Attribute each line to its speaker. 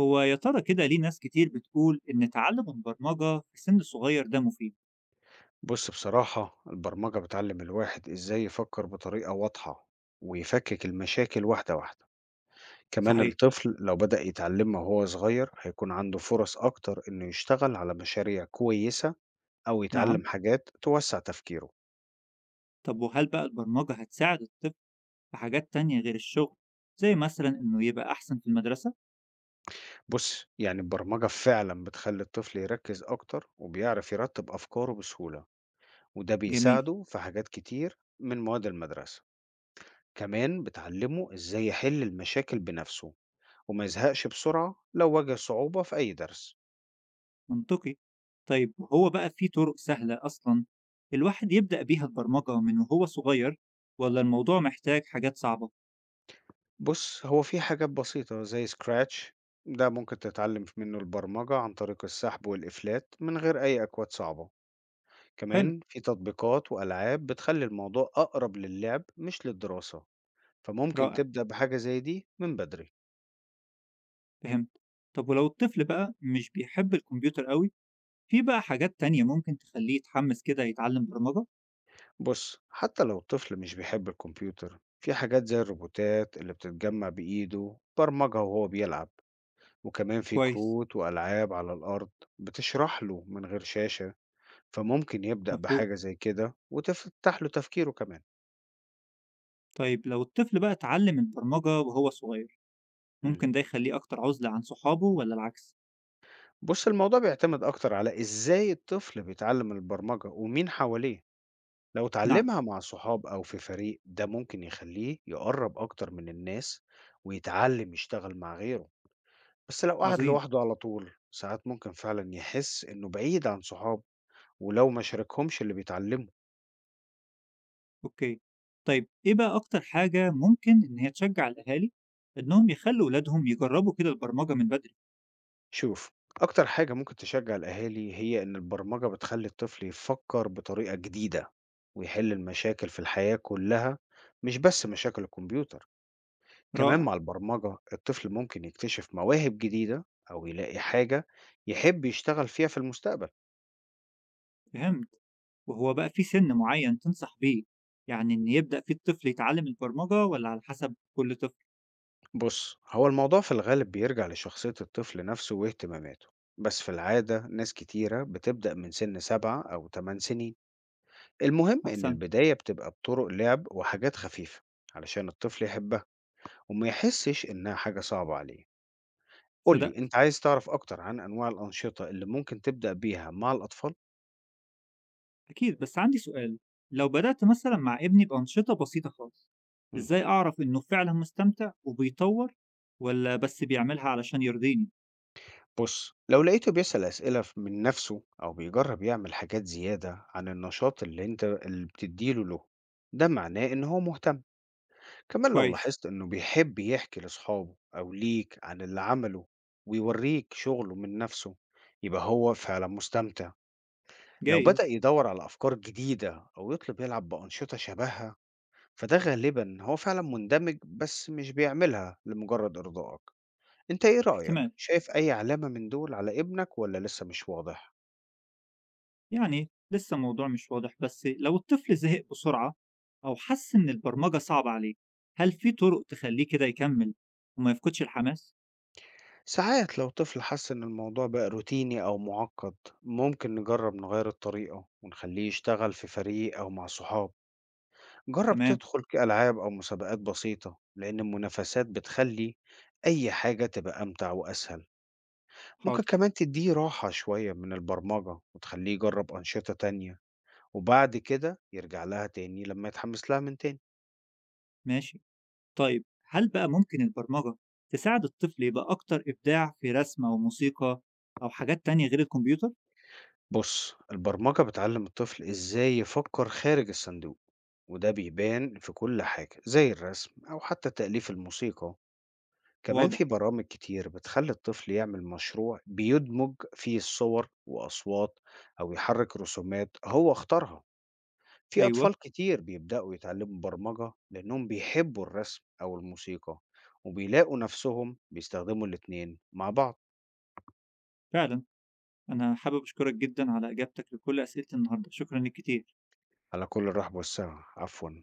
Speaker 1: هو يا ترى كده ليه ناس كتير بتقول إن تعلم البرمجة في سن صغير ده مفيد؟
Speaker 2: بُص، بصراحة البرمجة بتعلّم الواحد إزاي يفكّر بطريقة واضحة، ويفكّك المشاكل واحدة، واحدة. كمان
Speaker 1: صحيح،
Speaker 2: الطفل لو بدأ يتعلمها وهو صغير، هيكون عنده فرص أكتر إنه يشتغل على مشاريع كويسة أو
Speaker 1: نعم،
Speaker 2: يتعلم حاجات توسّع تفكيره.
Speaker 1: طب وهل بقى البرمجة هتساعد الطفل في حاجات تانية غير الشغل؟ زي مثلا إنه يبقى أحسن في المدرسة؟
Speaker 2: بُص، يعني البرمجة فعلًا بتخلّي الطفل يركّز أكتر وبيعرف يرتّب أفكاره بسهولة، وده
Speaker 1: جميل،
Speaker 2: بيساعده في حاجات كتير من مواد المدرسة. كمان بتعلّمه إزاي يحل المشاكل بنفسه وما يزهقش بسرعة لو واجه صعوبة في أي درس.
Speaker 1: منطقي. طيب هو بقى في طرق سهلة أصلا الواحد يبدأ بيها البرمجة من وهو صغير ولا الموضوع محتاج حاجات صعبة؟
Speaker 2: بص، هو في حاجات بسيطة زي سكراتش، ده ممكن تتعلم منه البرمجة عن طريق السحب والإفلات من غير أي أكواد صعبة.
Speaker 1: حلو،
Speaker 2: كمان في تطبيقات وألعاب بتخلي الموضوع أقرب للعب مش للدراسة، فممكن
Speaker 1: رائع،
Speaker 2: تبدأ بحاجة زي دي من بدري.
Speaker 1: فهمت. طب ولو الطفل بقى مش بيحب الكمبيوتر قوي، في بقى حاجات تانية ممكن تخليه يتحمس كده يتعلم برمجة؟
Speaker 2: بص، حتى لو الطفل مش بيحب الكمبيوتر، في حاجات زي الروبوتات اللي بتتجمع بإيده برمجها وهو بيلعب، وكمان في
Speaker 1: كويس.
Speaker 2: كروت وألعاب على الأرض بتشرح له من غير شاشة، فممكن يبدأ
Speaker 1: مفهوم.
Speaker 2: بحاجة زي كده وتفتح له تفكيره كمان.
Speaker 1: طيب لو الطفل بقى اتعلم البرمجة وهو صغير
Speaker 2: مم.
Speaker 1: ممكن ده يخليه أكتر عزلة عن صحابه ولا العكس؟
Speaker 2: بص، الموضوع بيعتمد أكتر على إزاي الطفل بيتعلم البرمجة ومين حواليه. لو
Speaker 1: نعم.
Speaker 2: اتعلمها مع صحاب أو في فريق، ده ممكن يخليه يقرب أكتر من الناس ويتعلم يشتغل مع غيره. بس لو قعد
Speaker 1: عظيم.
Speaker 2: لوحده على طول ساعات، ممكن فعلا يحس إنه بعيد عن صحابه ولو ما شاركهمش اللي بيتعلمه.
Speaker 1: أوكي. طيب إيه بقى أكتر حاجة ممكن إن هي تشجع الأهالي إنهم يخلوا ولادهم يجربوا كده البرمجة من بدري؟
Speaker 2: شوف، أكتر حاجة ممكن تشجع الأهالي هي إن البرمجة بتخلي الطفل يفكر بطريقة جديدة، ويحل المشاكل في الحياة كلها، مش بس مشاكل الكمبيوتر. كمان
Speaker 1: رائع.
Speaker 2: مع البرمجة الطفل ممكن يكتشف مواهب جديدة أو يلاقي حاجة يحب يشتغل فيها في المستقبل.
Speaker 1: فهمت. وهو بقى في سن معين تنصح بيه يعني إن يبدأ فيه الطفل يتعلم البرمجة ولا على حسب كل طفل؟
Speaker 2: بص، هو الموضوع في الغالب بيرجع لشخصية الطفل نفسه واهتماماته، بس في العادة ناس كتيرة بتبدأ من سن 7 أو 8 سنين. المهم إن
Speaker 1: أحسن.
Speaker 2: البداية بتبقى بطرق لعب وحاجات خفيفة علشان الطفل يحبها وما يحسش إنها حاجة صعبة عليه.
Speaker 1: صدق.
Speaker 2: قولي، أنت عايز تعرف أكتر عن أنواع الأنشطة اللي ممكن تبدأ بيها مع الأطفال؟
Speaker 1: أكيد بس عندي سؤال، لو بدأت مثلا مع ابني بأنشطة بسيطة خالص
Speaker 2: مم.
Speaker 1: إزاي أعرف إنه فعلا مستمتع وبيطور ولا بس بيعملها علشان يرضيني؟
Speaker 2: بص، لو لقيته بيسأل أسئلة من نفسه أو بيجرب يعمل حاجات زيادة عن النشاط اللي أنت اللي بتديله له، ده معناه إن هو مهتم. كمان لو
Speaker 1: كويس.
Speaker 2: لاحظت إنه بيحب يحكي لأصحابه أو ليك عن اللي عمله ويوريك شغله من نفسه، يبقى هو فعلا مستمتع. لو بدأ
Speaker 1: جايز.
Speaker 2: يدور على أفكار جديدة أو يطلب يلعب بأنشطة شبهها، فده غالبا هو فعلا مندمج بس مش بيعملها لمجرد إرضائك. أنت إيه رأيك؟
Speaker 1: احتمال،
Speaker 2: شايف أي علامة من دول على ابنك ولا لسه مش واضح؟
Speaker 1: يعني لسه الموضوع مش واضح، بس لو الطفل زهق بسرعة أو حس إن البرمجة صعبة عليه هل في طرق تخليه كده يكمل وما يفقدش الحماس؟
Speaker 2: ساعات لو طفل حس إن الموضوع بقى روتيني أو معقد، ممكن نجرب نغير الطريقة ونخليه يشتغل في فريق أو مع صحاب. جرب
Speaker 1: تمام.
Speaker 2: تدخل كألعاب أو مسابقات بسيطة، لأن المنافسات بتخلي أي حاجة تبقى أمتع وأسهل. ممكن
Speaker 1: حاضر.
Speaker 2: كمان تديه راحة شوية من البرمجة وتخليه يجرب أنشطة تانية، وبعد كده يرجع لها تاني لما يتحمس لها من تاني.
Speaker 1: ماشي. طيب هل بقى ممكن البرمجة تساعد الطفل يبقى أكتر إبداع في رسم أو موسيقى أو حاجات تانية غير الكمبيوتر؟
Speaker 2: بص، البرمجة بتعلم الطفل إزاي يفكر خارج الصندوق، وده بيبان في كل حاجة زي الرسم أو حتى تأليف الموسيقى. كمان
Speaker 1: واضح.
Speaker 2: في برامج كتير بتخلي الطفل يعمل مشروع بيدمج فيه الصور وأصوات، أو يحرك رسومات هو اختارها. في
Speaker 1: أيوه.
Speaker 2: أطفال كتير بيبدأوا يتعلموا برمجة لأنهم بيحبوا الرسم أو الموسيقى وبيلاقوا نفسهم بيستخدموا الاتنين مع بعض.
Speaker 1: فعلا. أنا حابب أشكرك جدا على إجابتك لكل أسئلة النهاردة، شكرا لك كتير.
Speaker 2: على كل الرحب والسعة، عفوا.